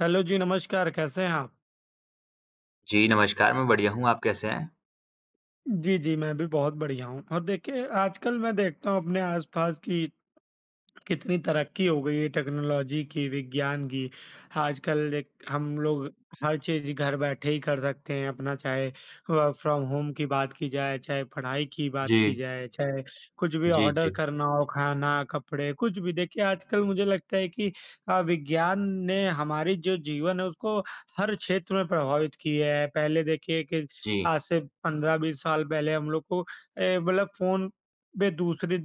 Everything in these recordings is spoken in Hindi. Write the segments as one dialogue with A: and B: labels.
A: हेलो जी, नमस्कार, कैसे हैं आप?
B: जी, नमस्कार, मैं बढ़िया हूँ, आप कैसे हैं?
A: जी, जी, मैं भी बहुत बढ़िया हूँ और देखिए आजकल मैं देखता हूँ अपने आस-पास की कितनी तरक्की हो गई है टेक्नोलॉजी की, विज्ञान की। आजकल देख
B: जी,
A: हम लोग हर चीज़ घर बैठे ही कर सकते हैं अपना चाहे वर्क फ्रॉम होम की बात की जाए, चाहे पढ़ाई की बात की
B: जी,
A: जाए, चाहे कुछ भी
B: जी,
A: ऑर्डर
B: जी,
A: करना हो, खाना, कपड़े कुछ भी। देखिए आजकल मुझे लगता है कि विज्ञान ने हमारी जो जीवन है उसको हर क्षेत्र में प्रभावित किया है। पहले देखिए कि
B: जी,
A: आज से 15-20 साल पहले हम लोग को मतलब फ़ोन बे दूसरी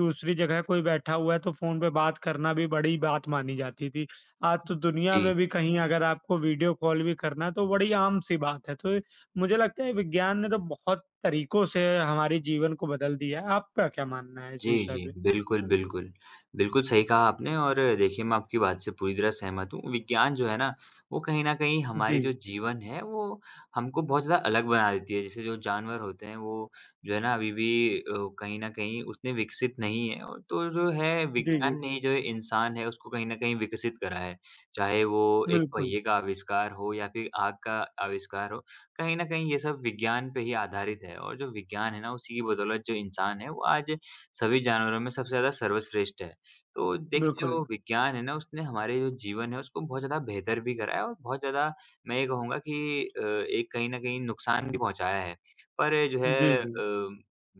A: दूसरी जगह कोई बैठा हुआ है तो फ़ोन पे बात करना भी बड़ी बात मानी जाती थी। आज तो दुनिया
B: जी।
A: में भी कहीं अगर आपको वीडियो कॉल भी करना है तो बड़ी आम-सी बात है। तो मुझे लगता है विज्ञान ने तो बहुत तरीकों से हमारे जीवन को बदल दिया है। आपका क्या मानना है इस
B: जी,
A: विषय
B: जी।
A: पे?
B: बिल्कुल, बिल्कुल। बिल्कुल सही कहा आपने और देखिए मैं आपकी बात से पूरी तरह सहमत हूँ। विज्ञान जो है ना, वो कहीं न कहीं
A: जी।
B: हमारी जो जीवन है वो हमको बहुत ज़्यादा अलग बना देती है। जैसे जो जानवर होते हैं वो जो है ना अभी भी कहीं न कहीं उतने विकसित नहीं है और तो जो है
A: जी, जी।
B: विज्ञान ने जो इंसान है उसको कहीं न कहीं विकसित करा है। चाहे वो एक
A: बिल्कुल,
B: पहिए का आविष्कार हो या फिर आग का आविष्कार हो, कहीं न कहीं ये सब विज्ञान पे ही आधारित है और जो विज्ञान है ना उसी की बदौलत जो इंसान है वो आज सभी जानवरों में सबसे ज़्यादा सर्वश्रेष्ठ है। तो देखिए
A: बिल्कुल।
B: जो विज्ञान है ना उसने हमारे जो जीवन है उसको बहुत ज़्यादा बेहतर भी करा है और बहुत ज़्यादा मैं ये कहूँगा कि एक कहीं न कहीं नुकसान भी पहुँचाया है। पर जो है
A: जी, जी।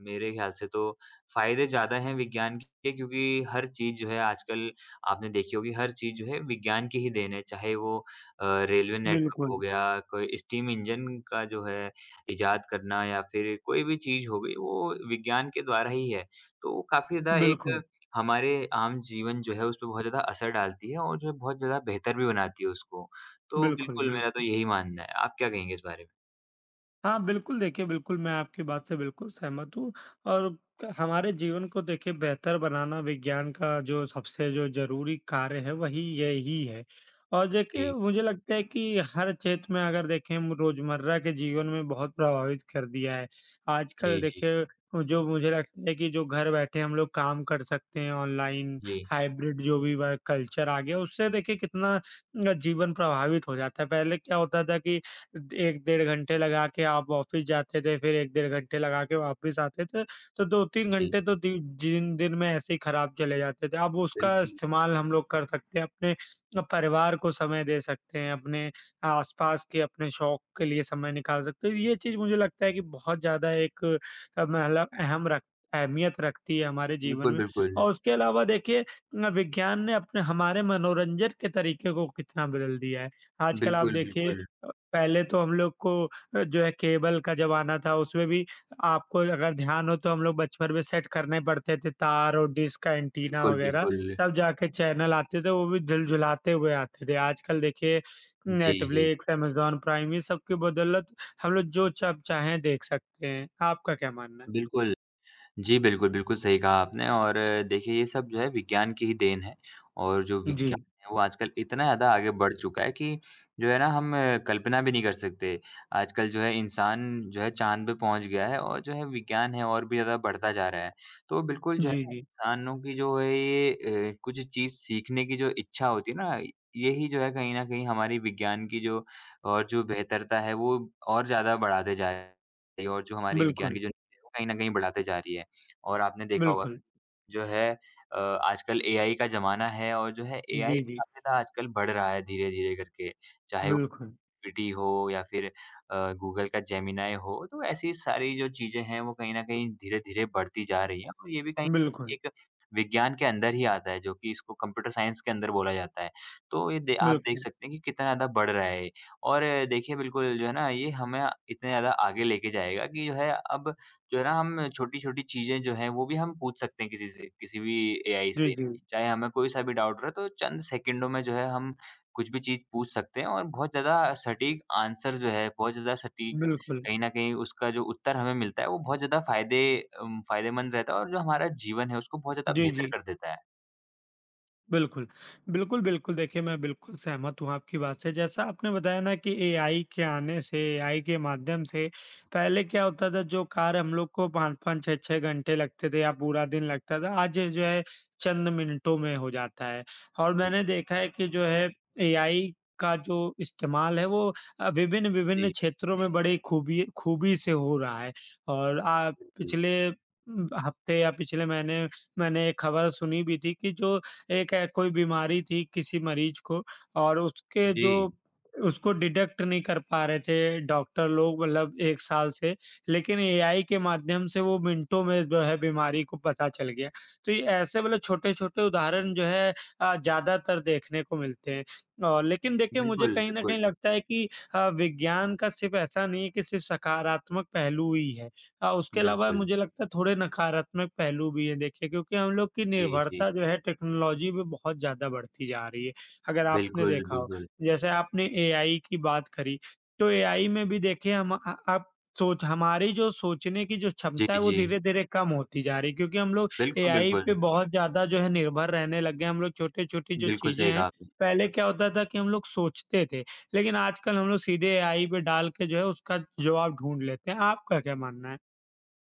B: मेरे ख़्याल से तो फ़ायदे ज़्यादा हैं विज्ञान के क्योंकि हर चीज़ जो है आजकल आपने देखी होगी हर चीज़ जो है विज्ञान की ही देन है। चाहे वो अ, रेलवे नेटवर्क
A: बिल्कुल,
B: हो गया, कोई स्टीम इंजन का जो है इजाद करना या फिर कोई भी चीज़ हो गई वो विज्ञान के द्वारा ही है। तो काफ़ी ज़्यादा
A: बिल्कुल,
B: एक हमारे आम जीवन जो है, उस पे बहुत ज़्यादा असर डालती है और जो है बहुत ज़्यादा बेहतर भी बनाती है उसको। तो
A: बिल्कुल,
B: बिल्कुल मेरा तो
A: बिल्कुल।
B: यही मानना है। आप क्या कहेंगे इस बारे में?
A: हाँ, बिल्कुल देखिए, बिल्कुल मैं आपकी बात से बिल्कुल सहमत हूँ और हमारे जीवन को देखिए बेहतर बनाना विज्ञान का जो सबसे जो ज़रूरी कार्य है वही यही है। और देखिए
B: जी,
A: मुझे लगता है कि हर क्षेत्र में अगर देखें हम रोज़मर्रा के जीवन में बहुत प्रभावित कर दिया है। आजकल
B: जी, जी,
A: देखिए जो मुझे लगता है कि जो घर बैठे हम लोग काम कर सकते हैं ऑनलाइन
B: जी,
A: हाइब्रिड जो भी वर्क कल्चर आ गया उससे देखिए कितना जीवन प्रभावित हो जाता है। पहले क्या होता था कि 1 डेढ़ घंटे लगा के आप ऑफ़िस जाते थे, फिर 1 डेढ़ घंटे लगा के वापस आते थे, तो 2-3
B: जी।
A: घंटे तो दि जिन दिन में ऐसे ही खराब चले जाते थे। अब उसका
B: बिल्कुल,
A: इस्तेमाल हम लोग कर सकते हैं, अपने परिवार को समय दे सकते हैं, अपने आस-पास के अपने शौक के लिए समय निकाल सकते हैं। ये चीज़ मुझे लगता है कि बहुत ज़्यादा एक मतलब अहमियत रखती है हमारे जीवन
B: बिल्कुल,
A: में
B: बिल्कुल।
A: और उसके अलावा देखिए विज्ञान ने अपने हमारे मनोरंजन के तरीके को कितना बदल दिया है। आजकल आप
B: बिल्कुल,
A: देखिए
B: बिल्कुल।
A: पहले तो हम लोग को जो है केबल का ज़माना था, उसमें भी आपको अगर ध्यान हो तो हम लोग बचपन में सेट करने पड़ते थे तार और डिश का एंटीना
B: बिल्कुल,
A: वगैरह,
B: बिल्कुल।
A: तब जाके चैनल आते थे, वो भी झुलझुलाते हुए आते थे। आजकल देखिए
B: जी, जी।
A: नेटफ्लिक्स, अमेज़न प्राइम ये सब की बदौलत हम लोग जो च चाहें देख सकते हैं। आपका क्या मानना है?
B: बिल्कुल। जी, बिल्कुल, बिल्कुल सही कहा आपने और देखिए ये सब जो है विज्ञान की ही देन है और जो
A: जी।
B: विज्ञान है वो आजकल इतना ज़्यादा आगे बढ़ चुका है कि जो है ना हम कल्पना भी नहीं कर सकते। आजकल जो है इंसान जो है चाँद पे पहुँच गया है और जो है विज्ञान है और भी ज़्यादा बढ़ता जा रहा है। तो बिल्कुल जो है
A: जी,
B: ना
A: जी।
B: इंसानों की जो है ये कुछ चीज़ सीखने की जो इच्छा होती है ना, यही जो है कहीं न कहीं हमारी विज्ञान की जो और जो बेहतरता है वो और ज़्यादा बढ़ाते जा रही है और जो हमारी विज्ञान की
A: बिल्कुल,
B: जो नींव है वो कहीं न कहीं बढ़ाते जा रही है। और आपने देखा होगा
A: बिल्कुल।
B: जो है आजकल एआई का ज़माना है और जो है एआई
A: जी, जी।
B: काफ़ी ज़्यादा आजकल बढ़ रहा है धीरे-धीरे करके। चाहे
A: बिल्कुल,
B: जीपीटी हो या फिर गूगल का जेमिनाई हो, तो ऐसी सारी जो चीज़ें हैं वो कहीं न कहीं धीरे-धीरे बढ़ती जा रही हैं और ये भी कहीं
A: बिल्कुल,
B: एक विज्ञान के अंदर ही आता है जो कि इसको कंप्यूटर साइंस के अंदर बोला जाता है। तो ये दे आप देख
A: बिल्कुल।
B: सकते हैं कि कितना ज़्यादा बढ़ रहा है ये और देखिए बिल्कुल जो है ना ये हमें इतने ज़्यादा आगे लेके जाएगा कि जो है अब जो है ना हम छोटी-छोटी चीज़ें जो हैं वो भी हम पूछ सकते हैं किसी से, किसी भी एआई
A: जी,
B: से।
A: जी।
B: चाहे हमें कोई-सा भी डाउट रहे तो चंद सेकंडों में जो है हम कुछ भी चीज़ पूछ सकते हैं और बहुत ज़्यादा सटीक आंसर जो है, बहुत ज़्यादा सटीक
A: बिल्कुल।
B: कहीं न कहीं उसका जो उत्तर हमें मिलता है, वो बहुत ज़्यादा फ़ायदेमंद रहता है और जो हमारा जीवन है, उसको बहुत ज़्यादा
A: जी,
B: बेहतर
A: जी।
B: कर देता है।
A: बिल्कुल। बिल्कुल, बिल्कुल देखिए मैं बिल्कुल सहमत हूँ आपकी बात से। जैसा आपने बताया ना कि एआई के आने से, एआई के माध्यम से पहले क्या होता था जो कार्य हम लोग को 5-5 6-6 घंटे लगते थे या पूरा दिन लगता था, आज ये जो है चंद मिनटों में हो जाता है। और मैंने
B: बिल्कुल,
A: देखा
B: बिल्कुल।
A: है कि जो है एआई का जो इस्तेमाल है वो विभिन्न-विभिन्न
B: जी,
A: क्षेत्रों में बड़ी खूबी खूबी से हो रहा है। और
B: बिल्कुल।
A: पिछले हफ्ते या पिछले महीने मैंने एक खबर सुनी भी थी कि जो एक कोई बीमारी थी किसी मरीज को और उसके जो
B: जी,
A: उसको डिटेक्ट नहीं कर पा रहे थे डॉक्टर लोग मतलब 1 साल से, लेकिन एआई के माध्यम से वो मिनटों में जो है बीमारी को पता चल गया। तो ये ऐसे मतलब छोटे-छोटे उदाहरण जो है ज़्यादातर देखने को मिलते हैं। और लेकिन देखिए मुझे
B: बिल्कुल,
A: कहीं न
B: बिल्कुल,
A: कहीं लगता है कि विज्ञान का सिर्फ़ ऐसा नहीं है कि सिर्फ़ सकारात्मक पहलू ही है। उसके अलावा
B: बिल्कुल।
A: मुझे लगता है थोड़े नकारात्मक पहलू भी हैं देखिए क्योंकि हम लोग की
B: जी, जी।
A: निर्भरता जो है टेक्नोलॉजी पे बहुत ज़्यादा बढ़ती जा रही है। अगर आपने
B: बिल्कुल,
A: देखा हो,
B: बिल्कुल।
A: जैसे आपने एआई की बात करी, तो एआई में भी देखिए हम अ, आप सोच हमारी जो सोचने की जो
B: जी,
A: क्षमता है वो
B: जी।
A: धीरे-धीरे कम होती जा रही है क्योंकि हम लोग
B: बिल्कुल,
A: एआई
B: बिल्कुल।
A: पे बहुत ज़्यादा जो है निर्भर रहने लग गए हैं। हम लोग छोटी-छोटी जो
B: बिल्कुल
A: चीज़ें
B: सही
A: हैं,
B: कहा आपने।
A: पहले क्या होता था कि हम लोग सोचते थे, लेकिन आजकल हम लोग सीधे एआई पे डाल के जो है उसका जवाब ढूँढ लेते हैं। आपका क्या मानना है?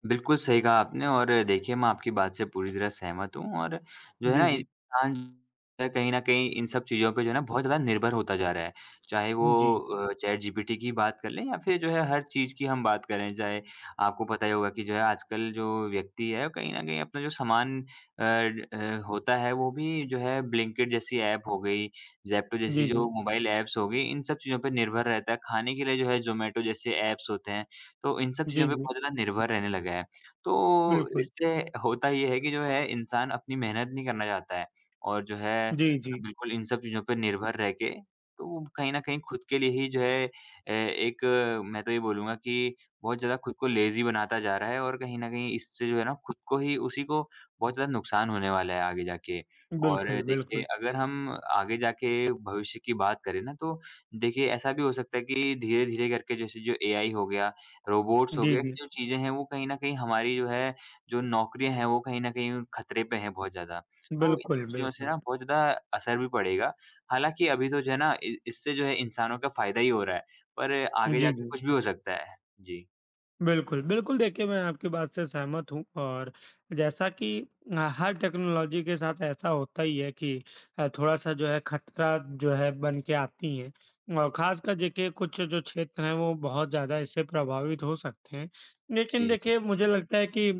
B: बिल्कुल, सही कहा आपने और देखिए मैं आपकी बात से पूरी तरह सहमत हूँ और जो है
A: जी,
B: ना
A: जी।
B: इंसान जो है कहीं न कहीं इन सब चीज़ों पे जो है ना बहुत ज़्यादा निर्भर होता जा रहा है। चाहे वो
A: जी।
B: चैटजीपीटी की बात कर लें या फिर जो है हर चीज़ की हम बात करें चाहे आपको पता ही होगा कि जो है आजकल जो व्यक्ति है वो कहीं न कहीं अपना जो सामान होता है वो भी जो है ब्लिंकिट जैसी ऐप हो गई, ज़ेप्टो
A: जी,
B: जैसी
A: जी।
B: जो मोबाइल ऐप्स हो गई इन सब चीज़ों पे निर्भर रहता है। खाने के लिए जो है ज़ोमैटो जैसे ऐप्स होते हैं तो इन सब चीज़ों
A: जी,
B: पे
A: जी।
B: बहुत ज़्यादा निर्भर रहने लगा है। तो
A: बिल्कुल।
B: इससे होता ये है कि जो है इंसान अपनी मेहनत नहीं करना चाहता है और जो है
A: जी, जी।
B: बिल्कुल इन सब चीज़ों पे निर्भर रह के तो वो कहीं न कहीं खुद के लिए ही जो है एक मैं तो ये बोलूँगा कि बहुत ज़्यादा खुद को लेज़ी बनाता जा रहा है और कहीं न कहीं इससे जो है ना खुद को ही उसी को बहुत ज़्यादा नुकसान होने वाला है आगे जाके। और
A: बिल्कुल,
B: देखिए
A: बिल्कुल।
B: अगर हम आगे जाके भविष्य की बात करें ना तो देखिए ऐसा भी हो सकता है कि धीरे-धीरे करके जैसे जो एआई हो गया रोबोट्स हो
A: जी,
B: गए,
A: जी।
B: ऐसी जो चीज़ें हैं वो कहीं न कहीं हमारी जो है, जो नौकरियाँ हैं वो कहीं न कहीं खतरे पे हैं बहुत ज़्यादा। तो इन
A: बिल्कुल,
B: सब चीज़ों से
A: बिल्कुल।
B: ना बहुत ज़्यादा असर भी पड़ेगा। हालाँकि अभी तो जो है ना इ इससे जो है इंसानों का फ़ायदा ही हो रहा है, पर आगे
A: जी,
B: जाके
A: जी।
B: कुछ भी हो सकता है। जी।
A: बिल्कुल, बिल्कुल देखिए मैं आपकी बात से सहमत हूँ और जैसा कि हर टेक्नोलॉजी के साथ ऐसा होता ही है कि थोड़ा-सा जो है खतरा जो है बन के आती है और ख़ासकर देखिए कुछ जो क्षेत्र हैं वो बहुत ज़्यादा इससे प्रभावित हो सकते हैं। लेकिन
B: जी, जी।
A: देखिए मुझे लगता है कि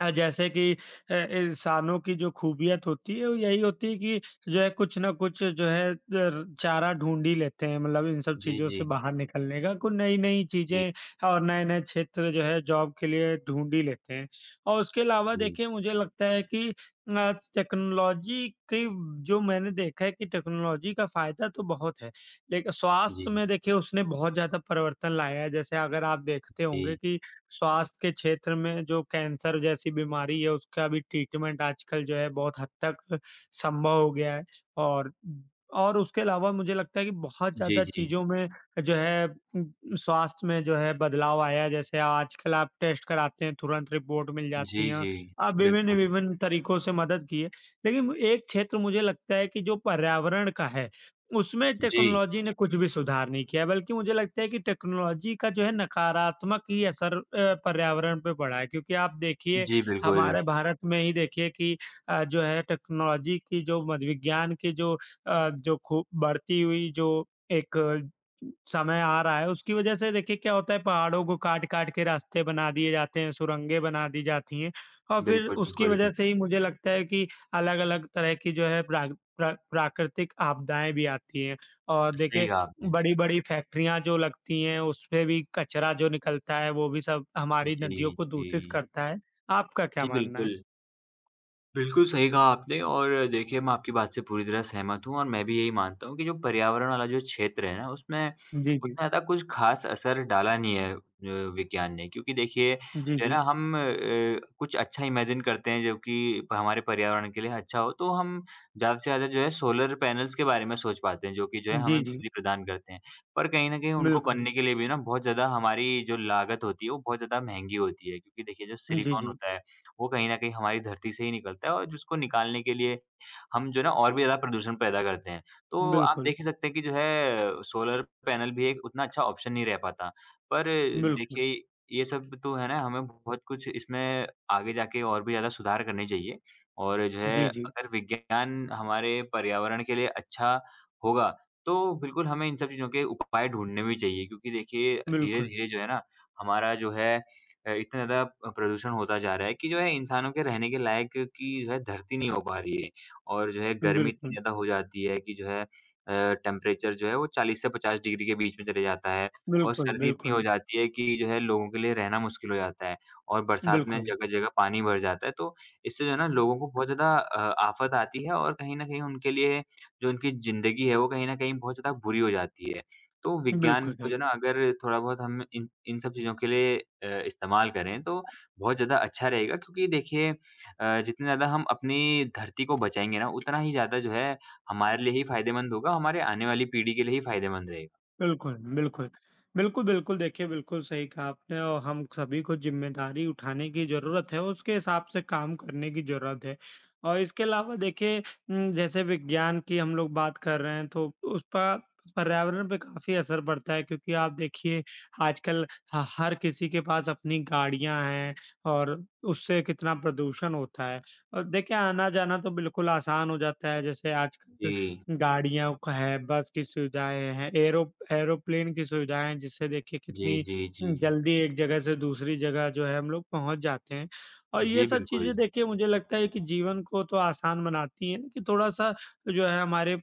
A: जैसे कि इंसानों की जो खूबियत होती है वो यही होती है कि जो है कुछ ना कुछ जो है दर चारा ढूँढ ही लेते हैं मतलब इन सब
B: जी,
A: चीज़ों
B: जी।
A: से बाहर निकलने का, कुछ नई-नई
B: जी,
A: चीज़ें और नए-नए क्षेत्र जो है जॉब के लिए ढूँढ ही लेते हैं। और उसके अलावा
B: जी।
A: देखिए मुझे लगता है कि टेक्नोलॉजी की जो मैंने देखा है कि टेक्नोलॉजी का फ़ायदा तो बहुत है, लेकिन स्वास्थ्य
B: जी,
A: में देखिए उसने बहुत ज़्यादा परिवर्तन लाया है। जैसे अगर आप देखते होंगे
B: जी।
A: कि स्वास्थ्य के क्षेत्र में जो कैंसर जैसी बीमारी है, उसका भी ट्रीटमेंट आजकल जो है बहुत हद तक संभव हो गया है और और उसके अलावा मुझे लगता है कि बहुत
B: जी,
A: ज़्यादा
B: जी।
A: चीज़ों में जो है स्वास्थ्य में जो है बदलाव आया है। जैसे आजकल आप टेस्ट कराते हैं, तुरंत रिपोर्ट मिल
B: जी,
A: जाती है।
B: जी।
A: आप
B: बिल्कुल।
A: विभिन्न-विभिन्न तरीकों से मदद की है। लेकिन एक क्षेत्र मुझे लगता है कि जो पर्यावरण का है उसमें
B: जी।
A: टेक्नोलॉजी ने कुछ भी सुधार नहीं किया, बल्कि मुझे लगता है कि टेक्नोलॉजी का जो है नकारात्मक ही असर पर्यावरण पे पड़ा है। क्योंकि आप देखिए
B: जी, बिल्कुल।
A: हमारे भारत में ही देखिए कि जो है टेक्नोलॉजी की जो मद विज्ञान की जो जो खूब बढ़ती हुई जो एक समय आ रहा है, उसकी वजह से देखिए क्या होता है पहाड़ों को काट-काट के रास्ते बना दिए जाते हैं, सुरंगें बना दी जाती हैं और फिर
B: बिल्कुल,
A: उसकी
B: बिल्कुल।
A: वजह से ही मुझे लगता है कि अलग-अलग तरह की जो है प्राग प्रा प्राकृतिक आपदाएँ भी आती हैं और
B: सही
A: देखिए
B: कहा आपने।
A: बड़ी-बड़ी फैक्ट्रियाँ जो लगती हैं उसमें भी कचरा जो निकलता है वो भी सब हमारी
B: जी,
A: नदियों को दूषित
B: जी।
A: करता है। आपका क्या
B: जी,
A: मानना है?
B: बिल्कुल। बिल्कुल, सही कहा आपने और देखिए मैं आपकी बात से पूरी तरह सहमत हूँ और मैं भी यही मानता हूँ कि जो पर्यावरण वाला जो क्षेत्र है ना उसमें
A: जी, जी।
B: उतना ज़्यादा कुछ ख़ास असर डाला नहीं है विज्ञान ने क्योंकि देखिए
A: जी,
B: जो है
A: जी।
B: ना हम कुछ अच्छा इमेजिन करते हैं जो कि प हमारे पर्यावरण के लिए अच्छा हो तो हम ज़्यादा से ज़्यादा जो है सोलर पैनल्स के बारे में सोच पाते हैं जो कि जो है
A: जी,
B: हमें
A: जी।
B: बिजली प्रदान करते हैं। पर कहीं न कहीं उनको
A: बिल्कुल।
B: बनने के लिए भी ना बहुत ज़्यादा हमारी जो लागत होती है वो बहुत ज़्यादा महँगी होती है क्योंकि देखिए जो
A: जी,
B: सिलिकॉन
A: जी।
B: होता है वो कहीं न कहीं हमारी धरती से ही निकलता है और जिसको निकालने के लिए हम जो है ना और भी ज़्यादा प्रदूषण पैदा करते हैं। तो आप
A: बिल्कुल,
B: देख ही सकते हैं कि जो है सोलर पैनल भी एक उतना अच्छा ऑप्शन नहीं रह पाता। पर
A: बिल्कुल।
B: देखिए ये सब तो है ना हमें बहुत कुछ इसमें आगे जाके और भी ज़्यादा सुधार करने चाहिए। और जो है
A: जी, जी।
B: अगर विज्ञान हमारे पर्यावरण के लिए अच्छा होगा, तो बिल्कुल हमें इन सब चीज़ों के उपाय ढूँढने भी चाहिए क्योंकि देखिए
A: बिल्कुल,
B: धीरे-धीरे जो है ना हमारा जो है इतना ज़्यादा प्रदूषण होता जा रहा है कि जो है इंसानों के रहने के लायक की जो है धरती नहीं हो पा रही है। और जो है गर्मी इतनी
A: बिल्कुल,
B: ज़्यादा हो जाती है कि जो है टेम्परेचर जो है वो 40 से 50 डिग्री के बीच में चले जाता है और
A: बिल्कुल,
B: सर्दी इतनी हो
A: बिल्कुल,
B: जाती है कि जो है लोगों के लिए रहना मुश्किल हो जाता है और बरसात में
A: बिल्कुल।
B: जगह-जगह पानी भर जाता है। तो इससे जो है ना लोगों को बहुत ज़्यादा आफ़त आती है और कहीं न कहीं उनके लिए जो उनकी ज़िंदगी है वो कहीं न कहीं बहुत ज़्यादा बुरी हो जाती है। तो विज्ञान
A: बिल्कुल
B: को
A: सही।
B: जो है ना अगर थोड़ा बहुत हम इन इन सब चीज़ों के लिए इस्तेमाल करें तो बहुत ज़्यादा अच्छा रहेगा क्योंकि देखिए जितने ज़्यादा हम अपनी धरती को बचाएँगे ना, उतना ही ज़्यादा जो है हमारे लिए ही फ़ायदेमंद होगा, हमारे आने वाली पीढ़ी के लिए ही फ़ायदेमंद रहेगा।
A: बिल्कुल, बिल्कुल। बिल्कुल, बिल्कुल देखिए बिल्कुल सही कहा आपने और हम सभी को ज़िम्मेदारी उठाने की ज़रूरत है, उसके हिसाब से काम करने की ज़रूरत है। और इसके अलावा देखिए जैसे विज्ञान की हम लोग बात कर रहे हैं तो उस पर पर्यावरण पे काफ़ी असर पड़ता है क्योंकि आप देखिए आजकल ह हर किसी के पास अपनी गाड़ियाँ हैं और उससे कितना प्रदूषण होता है। और देखिए आना-जाना तो बिल्कुल आसान हो जाता है जैसे आजकल
B: जी।
A: गाड़ियाँ क हैं, बस की सुविधाएँ हैं, एयरो एरोप्लेन की सुविधाएँ हैं, जिससे देखिए
B: जी,
A: कितनी
B: जी, जी।
A: जल्दी एक जगह से दूसरी जगह जो है हम लोग पहुँच जाते हैं। और ये
B: जी,
A: सब
B: बिल्कुल।
A: चीज़ें देखिए मुझे लगता है कि जीवन को तो आसान बनाती हैं, कि थोड़ा-सा जो है हमारे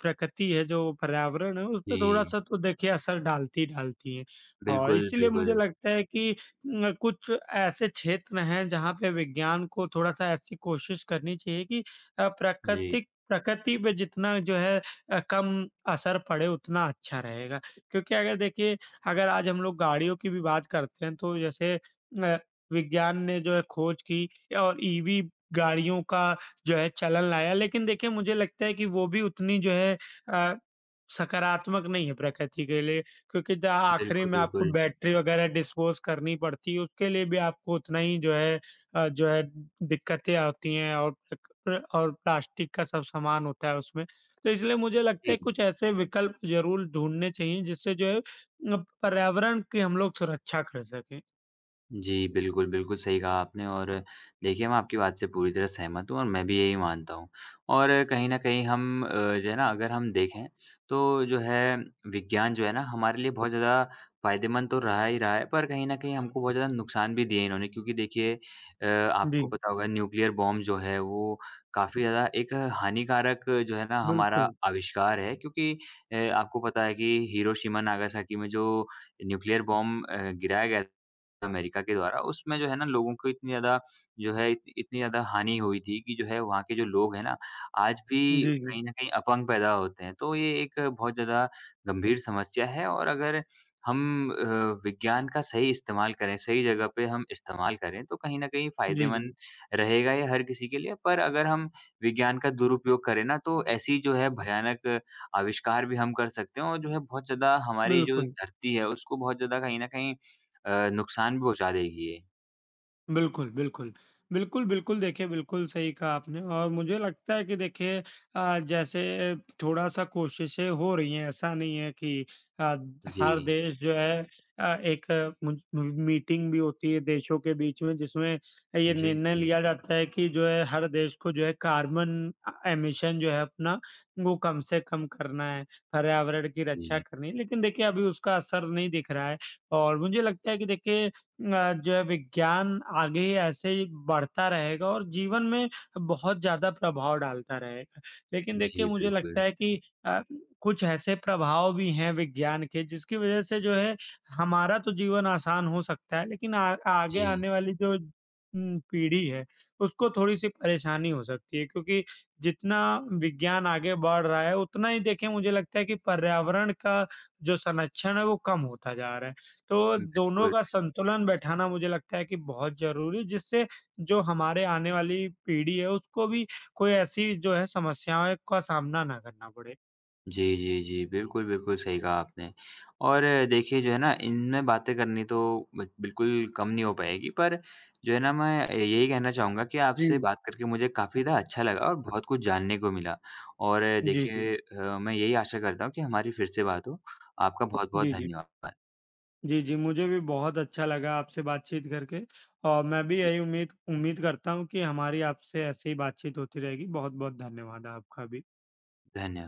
A: प्रकृति है जो पर्यावरण है, उसपे
B: जी।
A: थोड़ा-सा तो देखिए असर डालती ही डालती है। और
B: बिल्कुल,
A: इसीलिए मुझे
B: बिल्कुल।
A: लगता है कि कुछ ऐसे क्षेत्र हैं जहाँ पे विज्ञान को थोड़ा-सा ऐसी कोशिश करनी चाहिए कि
B: जी।
A: प्रकृति प्रकृति पे जितना जो है कम असर पड़े उतना अच्छा रहेगा। क्योंकि अगर देखिए अगर आज हम लोग गाड़ियों की भी बात करते हैं तो जैसे विज्ञान ने जो है खोज की और ईवी गाड़ियों का जो है चलन लाया। लेकिन देखिए मुझे लगता है कि वो भी उतनी जो है अ, सकारात्मक नहीं है प्रकृति के लिए क्योंकि द आखिरी
B: बिल्कुल,
A: में आपको
B: बिल्कुल।
A: बैटरी वगैरह डिस्पोज़ करनी पड़ती है उसके लिए भी आपको उतना ही जो है जो है दिक्कतें आती हैं और प्र और प्लास्टिक का सब सामान होता है उसमें। तो इसलिए मुझे लगता है
B: जी।
A: कुछ ऐसे विकल्प ज़रूर ढूँढने चाहिए जिससे जो है पर्यावरण की हम लोग सुरक्षा कर सकें।
B: जी, बिल्कुल, बिल्कुल सही कहा आपने और देखिए मैं आपकी बात से पूरी तरह सहमत हूँ और मैं भी यही मानता हूँ। और कहीं न कहीं हम जो है ना अगर हम देखें तो जो है विज्ञान जो है ना हमारे लिए बहुत ज़्यादा फ़ायदेमंद तो रहा ही रहा है, पर कहीं न कहीं हमको बहुत ज़्यादा नुकसान भी दिए इन्होंने क्योंकि देखिए
A: जी,
B: आपको पता होगा न्यूक्लियर बॉम्ब जो है वो काफ़ी ज़्यादा एक हानिकारक जो है ना हमारा
A: बिल्कुल।
B: आविष्कार है क्योंकि आपको पता है कि हिरोशिमा, नागासाकी में जो न्यूक्लियर बॉम्ब गिराया गया अमेरिका के द्वारा, उसमें जो है ना लोगों को इतनी ज़्यादा जो है इत इतनी ज़्यादा हानि हुई थी कि जो है वहाँ के जो लोग हैं ना, आज भी
A: जी, जी।
B: कहीं न कहीं अपंग पैदा होते हैं। तो ये एक बहुत ज़्यादा गंभीर समस्या है और अगर हम विज्ञान का सही इस्तेमाल करें, सही जगह पे हम इस्तेमाल करें, तो कहीं न कहीं
A: जी, जी।
B: फ़ायदेमंद रहेगा ये हर किसी के लिए। पर अगर हम विज्ञान का दुरुपयोग करें ना, तो ऐसी जो है भयानक आविष्कार भी हम कर सकते हैं और जो है बहुत ज़्यादा हमारी जो
A: बिल्कुल।
B: धरती है, उसको बहुत ज़्यादा कहीं न कहीं नुकसान भी पहुँचा देगी ये।
A: बिल्कुल, बिल्कुल। बिल्कुल, बिल्कुल देखिए बिल्कुल सही कहा आपने और मुझे लगता है कि देखिए जैसे थोड़ा-सा कोशिशें हो रही हैं, ऐसा नहीं है कि अ,
B: जी।
A: हर देश जो है एक मुझ मीटिंग भी होती है देशों के बीच में जिसमें ये
B: जी,
A: निर्णय
B: जी,
A: लिया जाता है कि जो है हर देश को जो है कार्बन एमिशन जो है अपना वो कम से कम करना है, पर्यावरण की रक्षा
B: जी।
A: करनी है। लेकिन देखिए अभी उसका असर नहीं दिख रहा है और मुझे लगता है कि देखिए जो है विज्ञान आगे ऐसे ही बढ़ता रहेगा और जीवन में बहुत ज़्यादा प्रभाव डालता रहेगा। लेकिन देखिए
B: जी,
A: मुझे लगता
B: बिल्कुल।
A: है कि अ, कुछ ऐसे प्रभाव भी हैं विज्ञान के जिसकी वज़ह से जो है हमारा तो जीवन आसान हो सकता है लेकिन आ आगे
B: जी,
A: आने वाली जो पीढ़ी है उसको थोड़ी-सी परेशानी हो सकती है क्योंकि जितना विज्ञान आगे बढ़ रहा है उतना ही देखिए मुझे लगता है कि पर्यावरण का जो संरक्षण है वो कम होता जा रहा है। तो दोनों
B: बिल्कुल।
A: का संतुलन बैठाना मुझे लगता है कि बहुत ज़रूरी जिससे जो हमारे आने वाली पीढ़ी है उसको भी कोई ऐसी जो है समस्याएँ का सामना ना करना पड़े।
B: जी, जी, जी। बिल्कुल, बिल्कुल सही कहा आपने। और देखिए जो है ना इनमें बातें करनी तो ब बिल्कुल कम नहीं हो पाएगी पर जो है ना मैं यही कहना चाहूँगा कि आपसे
A: जी,
B: बात करके मुझे काफ़ी ज़्यादा अच्छा लगा और बहुत कुछ जानने को मिला। और
A: जी, जी।
B: देखिए मैं यही आशा करता हूँ कि हमारी फिर से बात हो। आपका बहुत-बहुत
A: जी, जी।
B: धन्यवाद।
A: जी, जी, मुझे भी बहुत अच्छा लगा आपसे बातचीत करके और मैं भी
B: जी,
A: यही उम्मीद उम्मीद करता हूँ कि हमारी आपसे ऐसे ही बातचीत होती रहेगी। बहुत-बहुत धन्यवाद आपका भी।
B: धन्य